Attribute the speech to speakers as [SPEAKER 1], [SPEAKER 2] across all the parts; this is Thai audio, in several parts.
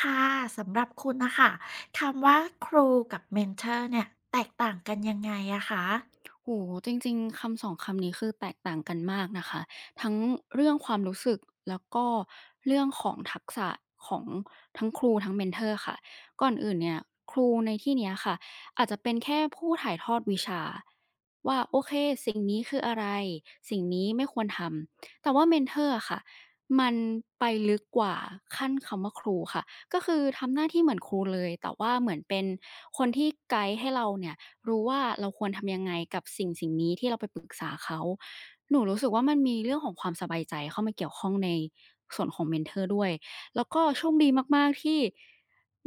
[SPEAKER 1] ค่ะสำหรับคุณนะค่ะคำว่าครูกับเมนเทอร์เนี่ยแตกต่างกันยังไงอะคะ
[SPEAKER 2] โอ้โฮจริงๆคำสองคำนี้คือแตกต่างกันมากนะคะทั้งเรื่องความรู้สึกแล้วก็เรื่องของทักษะของทั้งครูทั้งเมนทอร์ค่ะก่อนอื่นเนี่ยครูในที่เนี้ยค่ะอาจจะเป็นแค่ผู้ถ่ายทอดวิชาว่าโอเคสิ่งนี้คืออะไรสิ่งนี้ไม่ควรทำแต่ว่าเมนทอร์อะค่ะมันไปลึกกว่าขั้นคำว่าครูค่ะก็คือทำหน้าที่เหมือนครูเลยแต่ว่าเหมือนเป็นคนที่ไกด์ให้เราเนี่ย รู้ว่าเราควรทำยังไงกับสิ่งสิ่งนี้ที่เราไปปรึกษาเขาหนูรู้สึกว่ามันมีเรื่องของความสบายใจเข้ามาเกี่ยวข้องในส่วนของเมนเทอร์ด้วยแล้วก็โชคดีมากๆที่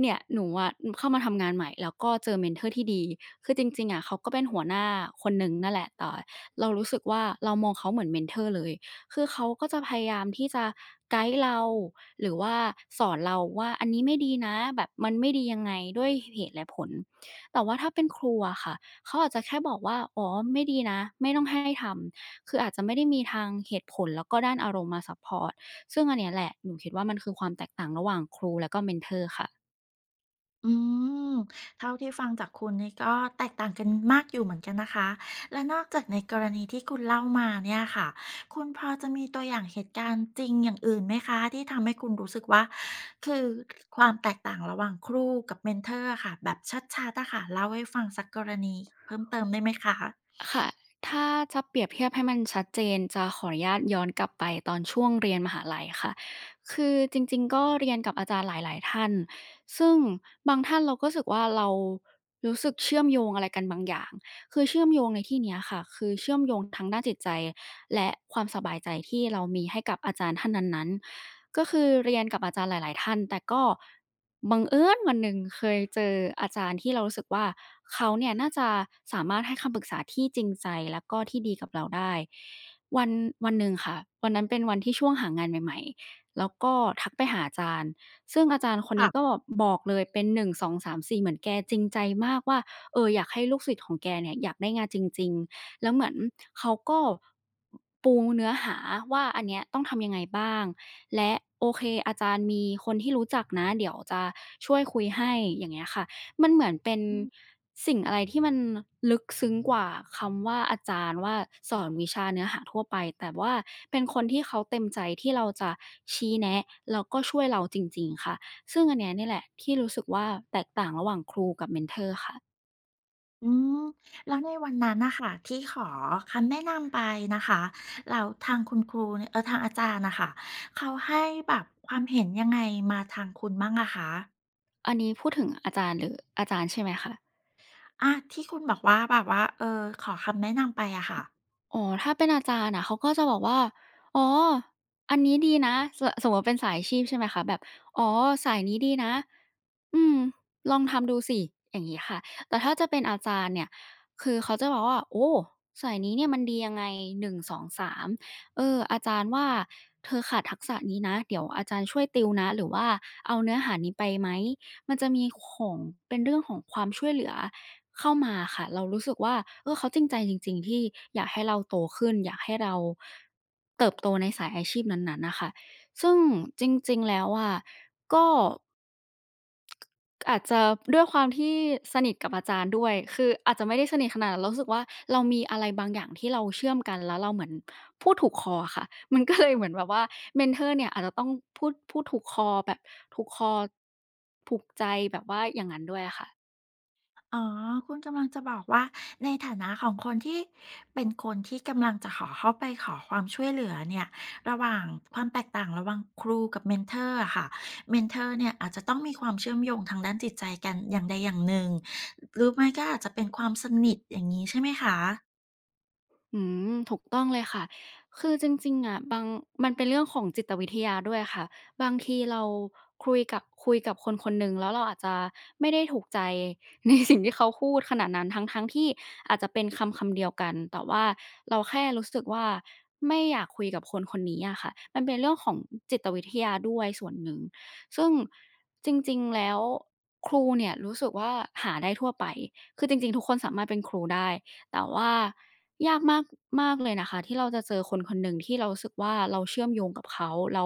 [SPEAKER 2] เนี่ยหนูอะเข้ามาทำงานใหม่แล้วก็เจอเมนเทอร์ที่ดีคือจริงๆอะเขาก็เป็นหัวหน้าคนหนึ่งนั่นแหละแต่เรารู้สึกว่าเรามองเขาเหมือนเมนเทอร์เลยคือเขาก็จะพยายามที่จะไกด์เราหรือว่าสอนเราว่าอันนี้ไม่ดีนะแบบมันไม่ดียังไงด้วยเหตุและผล แต่ว่าถ้าเป็นครูอะค่ะ เขาอาจจะแค่บอกว่า อ๋อไม่ดีนะ ไม่ต้องให้ทำ คืออาจจะไม่ได้มีทางเหตุผลแล้วก็ด้านอารมณ์มาซัปพอร์ตซึ่งอันเนี้ยแหละ หนูคิดว่ามันคือความแตกต่างระหว่างครูแล้วก็เมนทอร์ค่ะ
[SPEAKER 1] อืมเท่าที่ฟังจากคุณนี่ก็แตกต่างกันมากอยู่เหมือนกันนะคะและนอกจากในกรณีที่คุณเล่ามาเนี่ยค่ะคุณพอจะมีตัวอย่างเหตุการณ์จริงอย่างอื่นไหมคะที่ทำให้คุณรู้สึกว่าคือความแตกต่างระหว่างครูกับเมนเทอร์ค่ะแบบชัดๆอะค่ะเล่าให้ฟังสักกรณีเพิ่มเติมได้ไหมคะ
[SPEAKER 2] ค่ะถ้าจะเปรียบเทียบให้มันชัดเจนจะขออนุญาตย้อนกลับไปตอนช่วงเรียนมหาลัยค่ะคือจริงๆก็เรียนกับอาจารย์หลายๆท่านซึ่งบางท่านเราก็รู้สึกว่าเรารู้สึกเชื่อมโยงอะไรกันบางอย่างคือเชื่อมโยงในที่เนี้ยค่ะคือเชื่อมโยงทั้งด้านจิตใจและความสบายใจที่เรามีให้กับอาจารย์ท่านนั้นๆก็คือเรียนกับอาจารย์หลายๆท่านแต่ก็ บังเอิญวันหนึ่งเคยเจออาจารย์ที่เรารู้สึกว่าเขาเนี่ยน่าจะสามารถให้คำปรึกษาที่จริงใจแล้วก็ที่ดีกับเราได้วันวันหนึ่งค่ะวันนั้นเป็นวันที่ช่วงหางานใหม่ๆแล้วก็ทักไปหาอาจารย์ซึ่งอาจารย์คน
[SPEAKER 1] ค่ะ
[SPEAKER 2] นี้ก็บอกเลยเป็น1 2 3 4เหมือนแกจริงใจมากว่าเอออยากให้ลูกศิษย์ของแกเนี่ยอยากได้งานจริงๆแล้วเหมือนเขาก็ปูเนื้อหาว่าอันเนี้ยต้องทำยังไงบ้าง และโอเคอาจารย์มีคนที่รู้จักนะเดี๋ยวจะช่วยคุยให้อย่างเงี้ยค่ะมันเหมือนเป็นสิ่งอะไรที่มันลึกซึ้งกว่าคำว่าอาจารย์ว่าสอนวิชาเนื้อหาทั่วไปแต่ว่าเป็นคนที่เขาเต็มใจที่เราจะชี้แนะแล้วก็ช่วยเราจริงๆค่ะซึ่งอันเนี้ยเนี่ยแหละที่รู้สึกว่าแตกต่างระหว่างครูกับเมนทอร์ค่ะ
[SPEAKER 1] อืมแล้วในวันนั้นน่ะค่ะที่ขอคำแนะนำไปนะคะแล้วทางคุณครูเนี่ยทางอาจารย์น่ะค่ะเขาให้แบบความเห็นยังไงมาทางคุณบ้างอะคะ
[SPEAKER 2] อันนี้พูดถึงอาจารย์หรืออาจารย์ใช่ไหมคะ
[SPEAKER 1] อาที่คุณบอกว่าแบบว่าขอคำแนะนำไปอะค่ะ
[SPEAKER 2] อ๋อถ้าเป็นอาจารย์อะเขาก็จะบอกว่าอ๋ออันนี้ดีนะสสมมุติเป็นสายอาชีพใช่ไหมคะแบบอ๋อสายนี้ดีนะ อืมลองทำดูสิอย่างงี้ค่ะแต่ถ้าจะเป็นอาจารย์เนี่ยคือเขาจะบอกว่าโอ้สายนี้เนี่ยมันดียังไง1 2 3เอออาจารย์ว่าเธอขาดทักษะนี้นะเดี๋ยวอาจารย์ช่วยติวนะหรือว่าเอาเนื้อหานี้ไปไหมมันจะมีของเป็นเรื่องของความช่วยเหลือเข้ามาค่ะเรารู้สึกว่าเออเขาจริงใจจริงๆที่อยากให้เราโตขึ้นอยากให้เราเติบโตในสายอาชีพนั้นๆน่ะค่ะซึ่งจริงๆแล้วอะก็ อาจจะด้วยความที่สนิทกับอาจารย์ด้วยคืออาจจะไม่ได้สนิทขนาดนั้นเรารู้สึกว่าเรามีอะไรบางอย่างที่เราเชื่อมกันแล้วเราเหมือนพูดถูกคออะค่ะมันก็เลยเหมือนแบบว่าเมนทอร์เนี่ยอาจจะต้องพูดถูกคอแบบถูกคอถูกใจแบบว่าอย่างงั้นด้วยอะค่ะ
[SPEAKER 1] อ๋อคุณกำลังจะบอกว่าในฐานะของคนที่เป็นคนที่กำลังจะขอเข้าไปขอความช่วยเหลือเนี่ยระหว่างความแตกต่างระหว่างครูกับเมนเทอร์อะค่ะเมนเทอร์เนี่ยอาจจะต้องมีความเชื่อมโยงทางด้านจิตใจกันอย่างใดอย่างหนึ่งหรือไม่ก็อาจจะเป็นความสนิทอย่างนี้ใช่ไหมคะ
[SPEAKER 2] อืมถูกต้องเลยค่ะคือจริงๆอะบางมันเป็นเรื่องของจิตวิทยาด้วยค่ะ บางทีเราคุยกับคนคนหนึ่งแล้วเราอาจจะไม่ได้ถูกใจในสิ่งที่เขาพูดขนาดนั้นทั้งๆที่อาจจะเป็นคำคำเดียวกัน แต่ว่าเราแค่รู้สึกว่าไม่อยากคุยกับคนคนนี้อะค่ะมันเป็นเรื่องของจิตวิทยาด้วยส่วนหนึ่ง ซึ่งจริงๆแล้วครูเนี่ยรู้สึกว่าหาได้ทั่วไปคือจริงๆทุกคนสามารถเป็นครูได้แต่ว่า ยากมากมากเลยนะคะที่เราจะเจอคนคนหนึ่งที่เรารู้สึกว่าเราเชื่อมโยงกับเขาเรา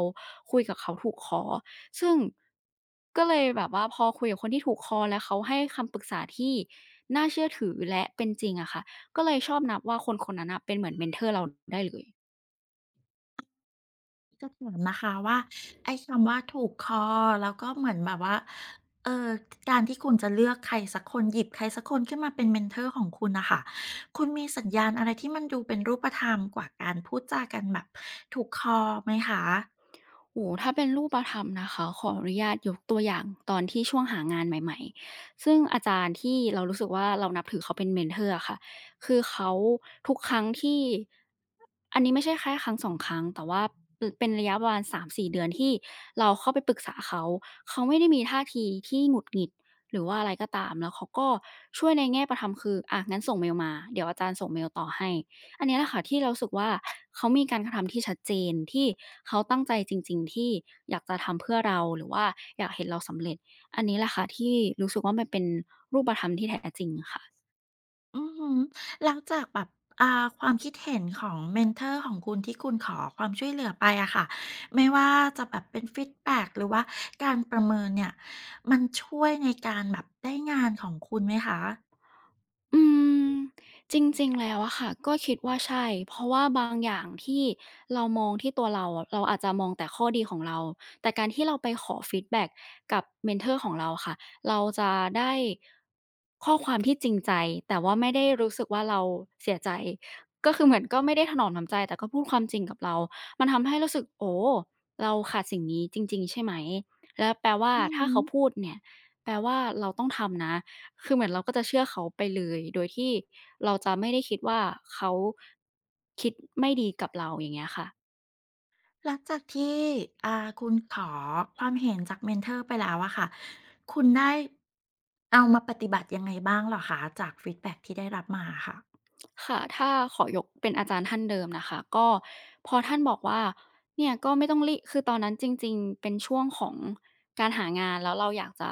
[SPEAKER 2] คุยกับเขาถูกคอซึ่งก็เลยแบบว่าพอคุยกับคนที่ถูกคอแล้วเขาให้คำปรึกษาที่น่าเชื่อถือและเป็นจริงอะค่ะก็เลยชอบนับว่าคนคนนั้นน่ะเป็นเหมือนเมนทอร์เราได้เลย
[SPEAKER 1] จะถามนะคะว่าไอ้คำว่าถูกคอแล้วก็เหมือนแบบว่าเอ่อการที่คุณจะเลือกใครสักคนหยิบใครสักคนขึ้นมาเป็น mentor ของคุณน่ะค่ะคุณมีสัญญาณอะไรที่มันดูเป็นรูปธรรมกว่าการพูดจากันแบบถูกคอไหมคะ
[SPEAKER 2] โอ้โฮถ้าเป็นรูปธรรมนะคะขออนุญาตยกตัวอย่างตอนที่ช่วงหางานใหม่ๆ ซึ่งอาจารย์ที่เรารู้สึกว่าเรานับถือเขาเป็น mentor อะค่ะคือเขาทุกครั้งที่อันนี้ไม่ใช่แค่ครั้ง2ครั้งแต่ว่าปเป็นระยะประมาณ3-4เดือนที่เราเข้าไปปรึกษาเขาเขาไม่ได้มีท่าทีที่หงุดหงิดหรือว่าอะไรก็ตามแล้วเขาก็ช่วยในแง่ประทำคืออะงั้นส่งเมลมาเดี๋ยวอาจารย์ส่งเมลต่อให้ อันเนี้ยแหละค่ะที่เรารู้สึกว่าเขามีการกระทำที่ชัดเจนที่เขาตั้งใจจริงๆที่อยากจะทำเพื่อเราหรือว่าอยากเห็นเราสำเร็จอันนี้แหละค่ะที่รู้สึกว่ามันเป็นรูปธรรมที่แท้จริงค่ะ
[SPEAKER 1] อือฮึแล้วจากแบบอ่าความคิดเห็นของ mentor ของคุณที่คุณขอความช่วยเหลือไปอะค่ะไม่ว่าจะแบบเป็นฟีดแบ็กหรือว่าการประเมินเนี่ยมันช่วยในการแบบได้งานของคุณไหมคะ
[SPEAKER 2] อืมจริงๆแล้วอะค่ะก็คิดว่าใช่เพราะว่าบางอย่างที่เรามองที่ตัวเราอะเราอาจจะมองแต่ข้อดีของเราแต่การที่เราไปขอฟีดแบ็กกับเมนทอร์ของเราค่ะเราจะได้ข้อความที่จริงใจแต่ว่าไม่ได้รู้สึกว่าเราเสียใจก็คือเหมือนก็ไม่ได้ถนอมน้ำใจแต่ก็พูดความจริงกับเรามันทำให้รู้สึกโอ้เราขาดสิ่งนี้จริงๆใช่ไหมแล้วแปลว่า
[SPEAKER 1] อือ
[SPEAKER 2] ถ้า
[SPEAKER 1] ฮึ
[SPEAKER 2] เขาพูดเนี่ยแปลว่าเราต้องทำนะ คือเหมือนเราก็จะเชื่อเขาไปเลย โดยที่เราจะไม่ได้คิดว่าเขาคิดไม่ดีกับเราอย่างเงี้ยค่ะ
[SPEAKER 1] หลังจากที่อ่าคุณขอความเห็นจากเมนทอร์ไปแล้วอะค่ะ คุณได้เอามาปฏิบัติยังไงบ้างเหรอคะจากฟีดแบ็กที่ได้รับมาอะค่ะ
[SPEAKER 2] ค่ะถ้าขอยกเป็นอาจารย์ท่านเดิมนะคะก็พอท่านบอกว่าเนี่ยก็ไม่ต้องรีคือตอนนั้นจริงๆเป็นช่วงของการหางานแล้วเราอยากจะ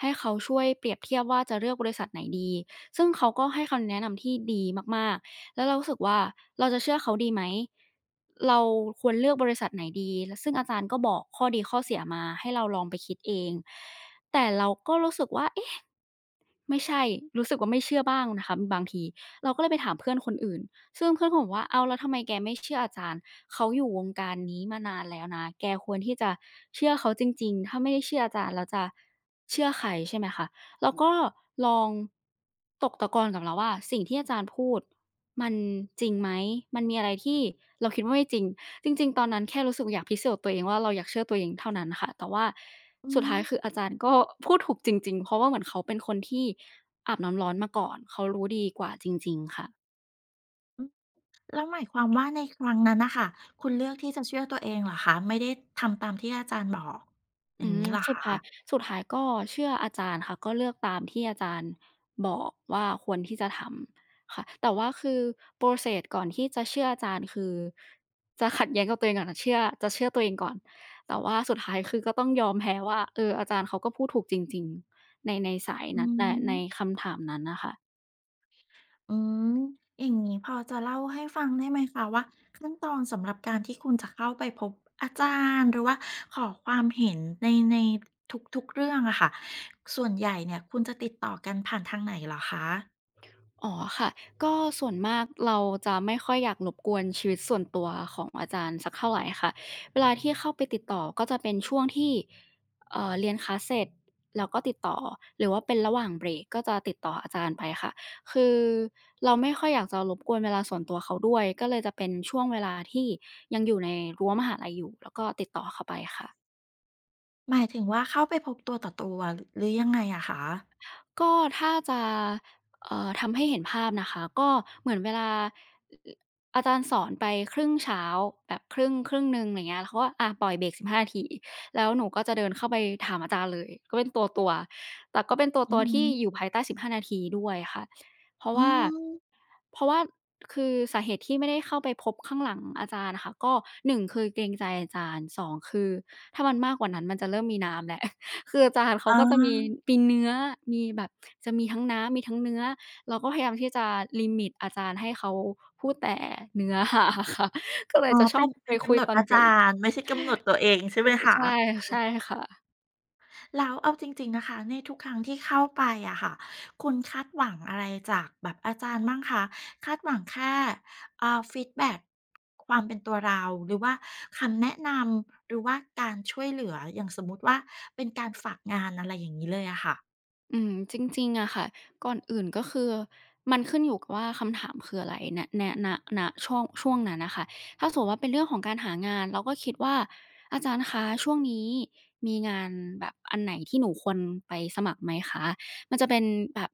[SPEAKER 2] ให้เขาช่วยเปรียบเทียบว่าจะเลือกบริษัทไหนดีซึ่งเขาก็ให้คำแนะนำที่ดีมากๆแล้วเรารู้สึกว่าเราจะเชื่อเขาดีไหมเราควรเลือกบริษัทไหนดีแล้วซึ่งอาจารย์ก็บอกข้อดีข้อเสียมาให้เราลองไปคิดเองแต่เราก็รู้สึกว่าเอ๊ะ ไม่ใช่รู้สึกว่าไม่เชื่อบ้างนะคะบางทีเราก็เลยไปถามเพื่อนคนอื่นซึ่งเพื่อนก็บอกว่าอ้าวแล้วทำไมแกไม่เชื่ออาจารย์เขาอยู่วงการนี้มานานแล้วนะแกควรที่จะเชื่อเขาจริงๆถ้าไม่ได้เชื่ออาจารย์แล้วจะเชื่อใครใช่ไหมคะเราก็ลองตกตะกอนกับเราว่าสิ่งที่อาจารย์พูดมันจริงไหมมันมีอะไรที่เราคิดว่าไม่จริง จริงๆ ตอนนั้นแค่รู้สึกอยากพิสูจน์ตัวเองว่าเราอยากเชื่อตัวเองเท่านั้นค่ะ แต่ว่า
[SPEAKER 1] อื
[SPEAKER 2] สุด
[SPEAKER 1] ม
[SPEAKER 2] ท้ายคืออาจารย์ก็พูดถูกจริงๆ เพราะว่าเหมือนเขาเป็นคนที่อาบน้ำร้อนมาก่อน เขารู้ดีกว่าจริงๆ ค่ะ
[SPEAKER 1] อือแล้วหมายความว่าในครั้งนั้นน่ะค่ะคุณเลือกที่จะเชื่อตัวเองเหรอคะไม่ได้ทำตามที่อาจารย์บอกอ
[SPEAKER 2] อื
[SPEAKER 1] ย่าง
[SPEAKER 2] ม
[SPEAKER 1] งี้เหรอ
[SPEAKER 2] สุด
[SPEAKER 1] คะ
[SPEAKER 2] ท้ายก็เชื่ออาจารย์ค่ะก็เลือกตามที่อาจารย์บอกว่าควรที่จะทำค่ะแต่ว่าคือ process ก่อนที่จะเชื่ออาจารย์คือจะขัดแย้งกับตัวเองก่อนคะเชื่อตัวเองก่อนแต่ว่าสุดท้ายคือก็ต้องยอมแพ้ว่าเอออาจารย์เขาก็พูดถูกจริงๆในสาย
[SPEAKER 1] อื
[SPEAKER 2] นั้นในใน
[SPEAKER 1] ม
[SPEAKER 2] คำถามนั้นน่ะค่ะ
[SPEAKER 1] อืมอย่างนี้พอจะเล่าให้ฟังได้ไหมคะว่าขั้นตอนสำหรับการที่คุณจะเข้าไปพบอาจารย์หรือว่าขอความเห็นในทุกๆเรื่องอะค่ะส่วนใหญ่เนี่ยคุณจะติดต่อกันผ่านทางไหนเหรอคะ
[SPEAKER 2] อ๋อค่ะก็ส่วนมากเราจะไม่ค่อยอยากรบกวนชีวิตส่วนตัวของอาจารย์สักเท่าไรค่ะเวลาที่เข้าไปติดต่อก็จะเป็นช่วงที่เรียนคลาสเสร็จแล้วก็ติดต่อหรือว่าเป็นระหว่างเบรกก็จะติดต่ออาจารย์ไปค่ะคือเราไม่ค่อยอยากจะรบกวนเวลาส่วนตัวเขาด้วยก็เลยจะเป็นช่วงเวลาที่ยังอยู่ในรั้วมหาลัยอยู่แล้วก็ติดต่อเขาไปค่ะ
[SPEAKER 1] หมายถึงว่าเข้าไปพบตัวต่อตัวหรือยังไงอะคะ
[SPEAKER 2] ก็ถ้าจะทำให้เห็นภาพนะคะก็เหมือนเวลาออาจารย์สอนไปครึ่งเช้าแบบครึ่งหนึ่งอย่างเงี้ยแล้วเขาก็อะปล่อยเบรก15นาทีแล้วหนูก็จะเดินเข้าไปถามอาจารย์เลยก็เป็นตัวๆแต่ก็เป็นตั
[SPEAKER 1] อื
[SPEAKER 2] ว
[SPEAKER 1] อ
[SPEAKER 2] ๆ
[SPEAKER 1] ฮึ
[SPEAKER 2] ที่อยู่ภายใต้15นาทีด้วยค่ะเพราะ
[SPEAKER 1] อื
[SPEAKER 2] ว่า
[SPEAKER 1] ม
[SPEAKER 2] เพราะว่าคือสาเหตุที่ไม่ได้เข้าไปพบข้างหลังอาจารย์น่ะค่ะก็หนึ่งคือเกรงใจอาจารย์สองคือถ้ามันมากกว่านั้นมันจะเริ่มมีน้ำแล้ว คืออาจารย์เขา
[SPEAKER 1] อา
[SPEAKER 2] ก็จะมีเนื้อมีแบบจะมีทั้งน้ำมีทั้งเนื้อเราก็พยายามที่จะลิมิตอาจารย์ให้เขาพูดแต่เนื้อ หาค่ะก็เลย
[SPEAKER 1] อ๋อ
[SPEAKER 2] จะชอ
[SPEAKER 1] เป็
[SPEAKER 2] บ
[SPEAKER 1] น
[SPEAKER 2] ไป
[SPEAKER 1] เป็น
[SPEAKER 2] คุ
[SPEAKER 1] กำ
[SPEAKER 2] ย
[SPEAKER 1] หนด
[SPEAKER 2] ตอน
[SPEAKER 1] อา
[SPEAKER 2] เบร
[SPEAKER 1] จา
[SPEAKER 2] ก
[SPEAKER 1] รย์ไม่ใช่กำหนดตัวเองใช่ไหมคะ
[SPEAKER 2] ใช่ใช่ค่ะ
[SPEAKER 1] แล้วเอาจริงๆนะคะในทุกครั้งที่เข้าไปอะค่ะคุณคาดหวังอะไรจากแบบอาจารย์บ้างคะคาดหวังแค่ฟีดแบ็กความเป็นตัวเราหรือว่าคำแนะนำหรือว่าการช่วยเหลืออย่างสมมุติว่าเป็นการฝากงานอะไรอย่างงี้เลยอะค่ะ
[SPEAKER 2] อืมจริงๆอะค่ะก่อนอื่นก็คือมันขึ้นอยู่กับว่าคำถามคืออะไรณช่วงนั้นน่ะค่ะถ้าสมมุติว่าเป็นเรื่องของการหางานเราก็คิดว่าอาจารย์คะช่วงนี้มีงานแบบอันไหนที่หนูควรไปสมัครไหมคะมันจะเป็นแบบ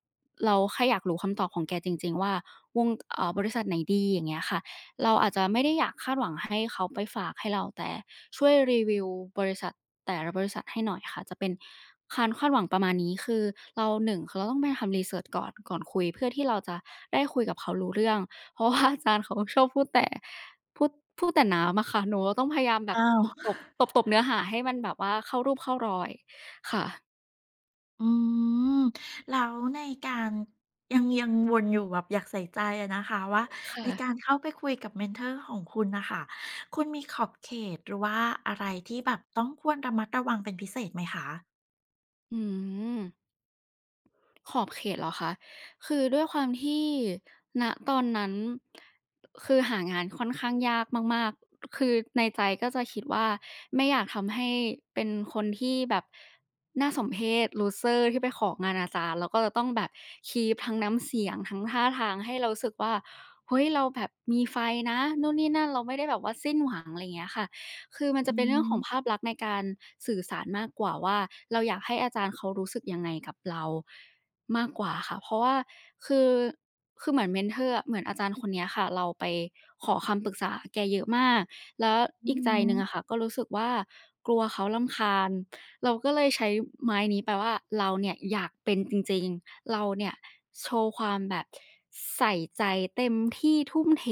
[SPEAKER 2] เราแค่อยากรู้คำตอบของแกจริงๆว่าวงบริษัทไหนดีอย่างเงี้ยค่ะเราอาจจะไม่ได้อยากคาดหวังให้เขาไปฝากให้เราแต่ช่วยรีวิวบริษัท แต่ละบริษัทให้หน่อยค่ะจะเป็นการคาดหวังประมาณนี้คือเราหนึ่งคือเราต้องไปทำ research ก่อนคุยเพื่อที่เราจะได้คุยกับเขารู้เรื่องเพราะว่าอาจารย์เขาชอบพูดแต่พูดพูดแต่น้ำอะค่ะหนูก็ต้องพยายามแบบ
[SPEAKER 1] อ้าว
[SPEAKER 2] ตบๆตบๆเนื้อหาให้มันแบบว่าเข้ารูปเข้ารอยค่ะ
[SPEAKER 1] อืมแล้วในการยังวนอยู่แบบอยากใส่ใจอะนะคะว่าใน
[SPEAKER 2] ค่ะ
[SPEAKER 1] การเข้าไปคุยกับเมนเทอร์ของคุณนะคะคุณมีขอบเขตหรือว่าอะไรที่แบบต้องควรระมัดระวังเป็นพิเศษไหมคะ
[SPEAKER 2] อืม ขอบเขตเหรอคะคือด้วยความที่ณตอนนั้นคือหางานค่อนข้างยากมากๆคือในใจก็จะคิดว่าไม่อยากทำให้เป็นคนที่แบบน่าสมเพช loser ที่ไปของานอาจารย์แล้วก็จะต้องแบบคีปทั้งน้ำเสียงทั้งท่าทางให้เรารู้สึกว่าเฮ้ยเราแบบมีไฟนะนู่นนี่นั่นเราไม่ได้แบบว่าสิ้นหวังอะไรอย่างเงี้ยค่ะคือมันจะ
[SPEAKER 1] อื
[SPEAKER 2] เป็นเรื่องของภาพ
[SPEAKER 1] ม
[SPEAKER 2] ลักษณ์ในการสื่อสารมากกว่าว่าเราอยากให้อาจารย์เขารู้สึกยังไงกับเรา มากกว่าค่ะเพราะว่าคือเหมือน mentor อะเหมือนอาจารย์คนเนี้ยค่ะเราไปขอคำปรึกษาแกเยอะมากแล้ว
[SPEAKER 1] อื
[SPEAKER 2] อีกใจห
[SPEAKER 1] ม
[SPEAKER 2] นึ่งอะค่ะก็รู้สึกว่ากลัวเขารำคาญเราก็เลยใช้ไม้นี้แปลว่าเราเนี่ยอยากเป็นจริงๆเราเนี่ยโชว์ความแบบใส่ใจเต็มที่ทุ่มเท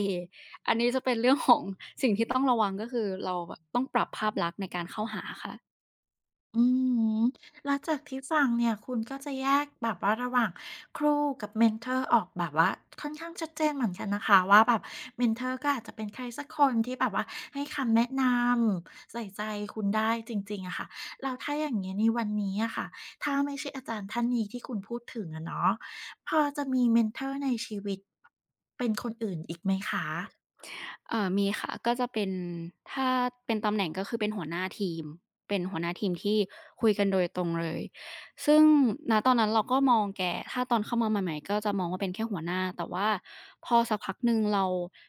[SPEAKER 2] อันนี้จะเป็นเรื่องของสิ่งที่ต้องระวังก็คือเราแบบต้องปรับภาพลักษณ์ในการเข้าหาค่ะ
[SPEAKER 1] อืมแล้วจากที่ฟังเนี่ยคุณก็จะแยกแบบว่าระหว่างครูกับเมนเทอร์ออกแบบว่าค่อนข้างชัดเจนเหมือนกันนะคะว่าแบบเมนเทอร์ก็อาจจะเป็นใครสักคนที่แบบว่าให้คำแนะนำใส่ใจคุณได้จริงๆอะค่ะเราถ้าอย่างเงี้ยในวันนี้อะค่ะถ้าไม่ใช่อาจารย์ท่านนี้ที่คุณพูดถึงอะเนาะพอจะมีเมนเทอร์ในชีวิตเป็นคนอื่นอีกไหมคะ
[SPEAKER 2] มีค่ะก็จะเป็นถ้าเป็นตำแหน่งก็คือเป็นหัวหน้าทีมเป็นหัวหน้าทีมที่คุยกันโดยตรงเลยซึ่งณตอนนั้นเราก็มองแกถ้าตอนเข้ามาใหม่ๆก็จะมองว่าเป็นแค่หัวหน้าแต่ว่าพอสักพักหนึ่งเรา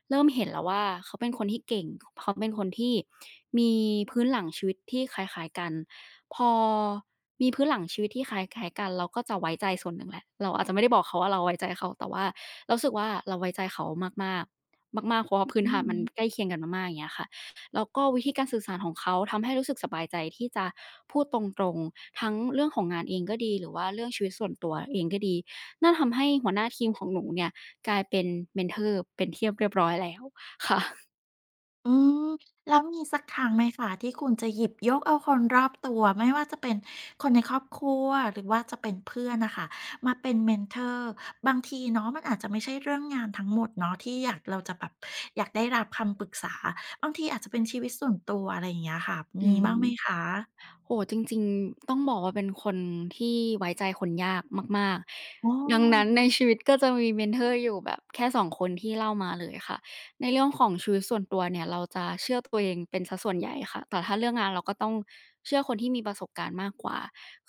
[SPEAKER 2] เริ่มเห็นแล้วว่าเขาเป็นคนที่เก่งเขาเป็นคนที่มีพื้นหลังชีวิตที่คล้ายๆกันพอมีพื้นหลังชีวิตที่คล้ายๆกันเราก็จะไว้ใจส่วนหนึ่งแหละเราอาจจะไม่ได้บอกเขาว่าเราไว้ใจเขาแต่ว่าเรารู้สึกว่าเราไว้ใจเขามากๆ มากๆเพราะว่าพื้น
[SPEAKER 1] อื
[SPEAKER 2] ฐานมัน
[SPEAKER 1] ม
[SPEAKER 2] ใกล้เคียงกันมากๆอย่างเงี้ยค่ะ แล้วก็วิธีการสื่อสารของเขาทำให้รู้สึกสบายใจที่จะพูดตรงๆทั้งเรื่องของงานเองก็ดีหรือว่าเรื่องชีวิตส่วนตัวเองก็ดีนั่นทำให้หัวหน้าทีมของหนูเนี่ยกลายเป็นเมนทอร์เป็นที่เรียบร้อยแล้วค่ะ
[SPEAKER 1] อืมแล้วมีสักครั้งไหมคะที่คุณจะหยิบยกเอาคนรอบตัวไม่ว่าจะเป็นคนในครอบครัวหรือว่าจะเป็นเพื่อนน่ะค่ะมาเป็นเมนทอร์บางทีเนาะมันอาจจะไม่ใช่เรื่องงานทั้งหมดเนาะที่อยากเราจะแบบอยากได้รับคำปรึกษาบางทีอาจจะเป็นชีวิตส่วนตัวอะไรอย่างเงี้ยค่ะ
[SPEAKER 2] อื
[SPEAKER 1] มีบ้างไหม
[SPEAKER 2] ม
[SPEAKER 1] คะ
[SPEAKER 2] โอ้โฮจริงๆต้องบอกว่าเป็นคนที่ไว้ใจคนยากมาก
[SPEAKER 1] อ๋อ
[SPEAKER 2] ๆดังนั้นในชีวิตก็จะมีเมนทอร์อยู่แบบแค่สองคนที่เล่ามาเลยค่ะในเรื่องของชีวิตส่วนตัวเนี่ยเราจะเชื่อตัวเองเป็นเสียส่วนใหญ่ค่ะแต่ถ้าเรื่องงานเราก็ต้องเชื่อคนที่มีประสบการณ์มากกว่า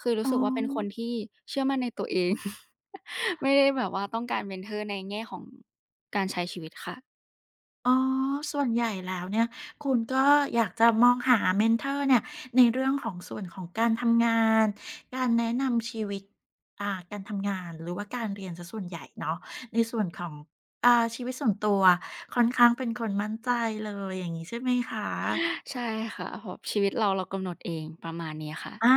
[SPEAKER 2] คือรู้
[SPEAKER 1] อ๋อ
[SPEAKER 2] สึกว่าเป็นคนที่เชื่อมั่นในตัวเอง ไม่ได้แบบว่าต้องการเมนทอร์ในแง่ของการใช้ชีวิตค่ะ
[SPEAKER 1] อ๋อส่วนใหญ่แล้วเนี่ยคุณก็อยากจะมองหาเมนเทอร์เนี่ยในเรื่องของส่วนของการทำงานการแนะนำชีวิตอ่าการทำงานหรือว่าการเรียนเสียส่วนใหญ่เนาะในส่วนของอ่าชีวิตส่วนตัวค่อนข้างเป็นคนมั่นใจเลยอย่างงี้ใช่ไหมคะ
[SPEAKER 2] ใช่ค่ะเพราะชีวิตเราเรากำหนดเองประมาณนี้ค่ะ
[SPEAKER 1] อา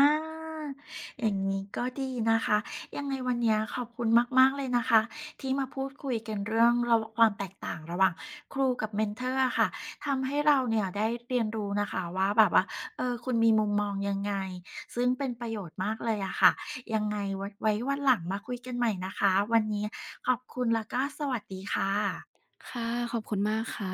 [SPEAKER 1] อย่างนี้ก็ดีนะคะยังไงวันเนี้ยขอบคุณมากๆเลยนะคะที่มาพูดคุยกันเรื่องระความแตกต่างระหว่างครูกับเมนทอร์อะค่ะทำให้เราเนี่ยได้เรียนรู้นะคะว่าแบบว่าเออคุณมีมุมมองยังไงซึ่งเป็นประโยชน์มากเลยอะค่ะยังไงไว้ไว้วันหลังมาคุยกันใหม่นะคะวันนี้ขอบคุณแล้วก็สวัสดีค่ะ
[SPEAKER 2] ค่ะขอบคุณมากค่ะ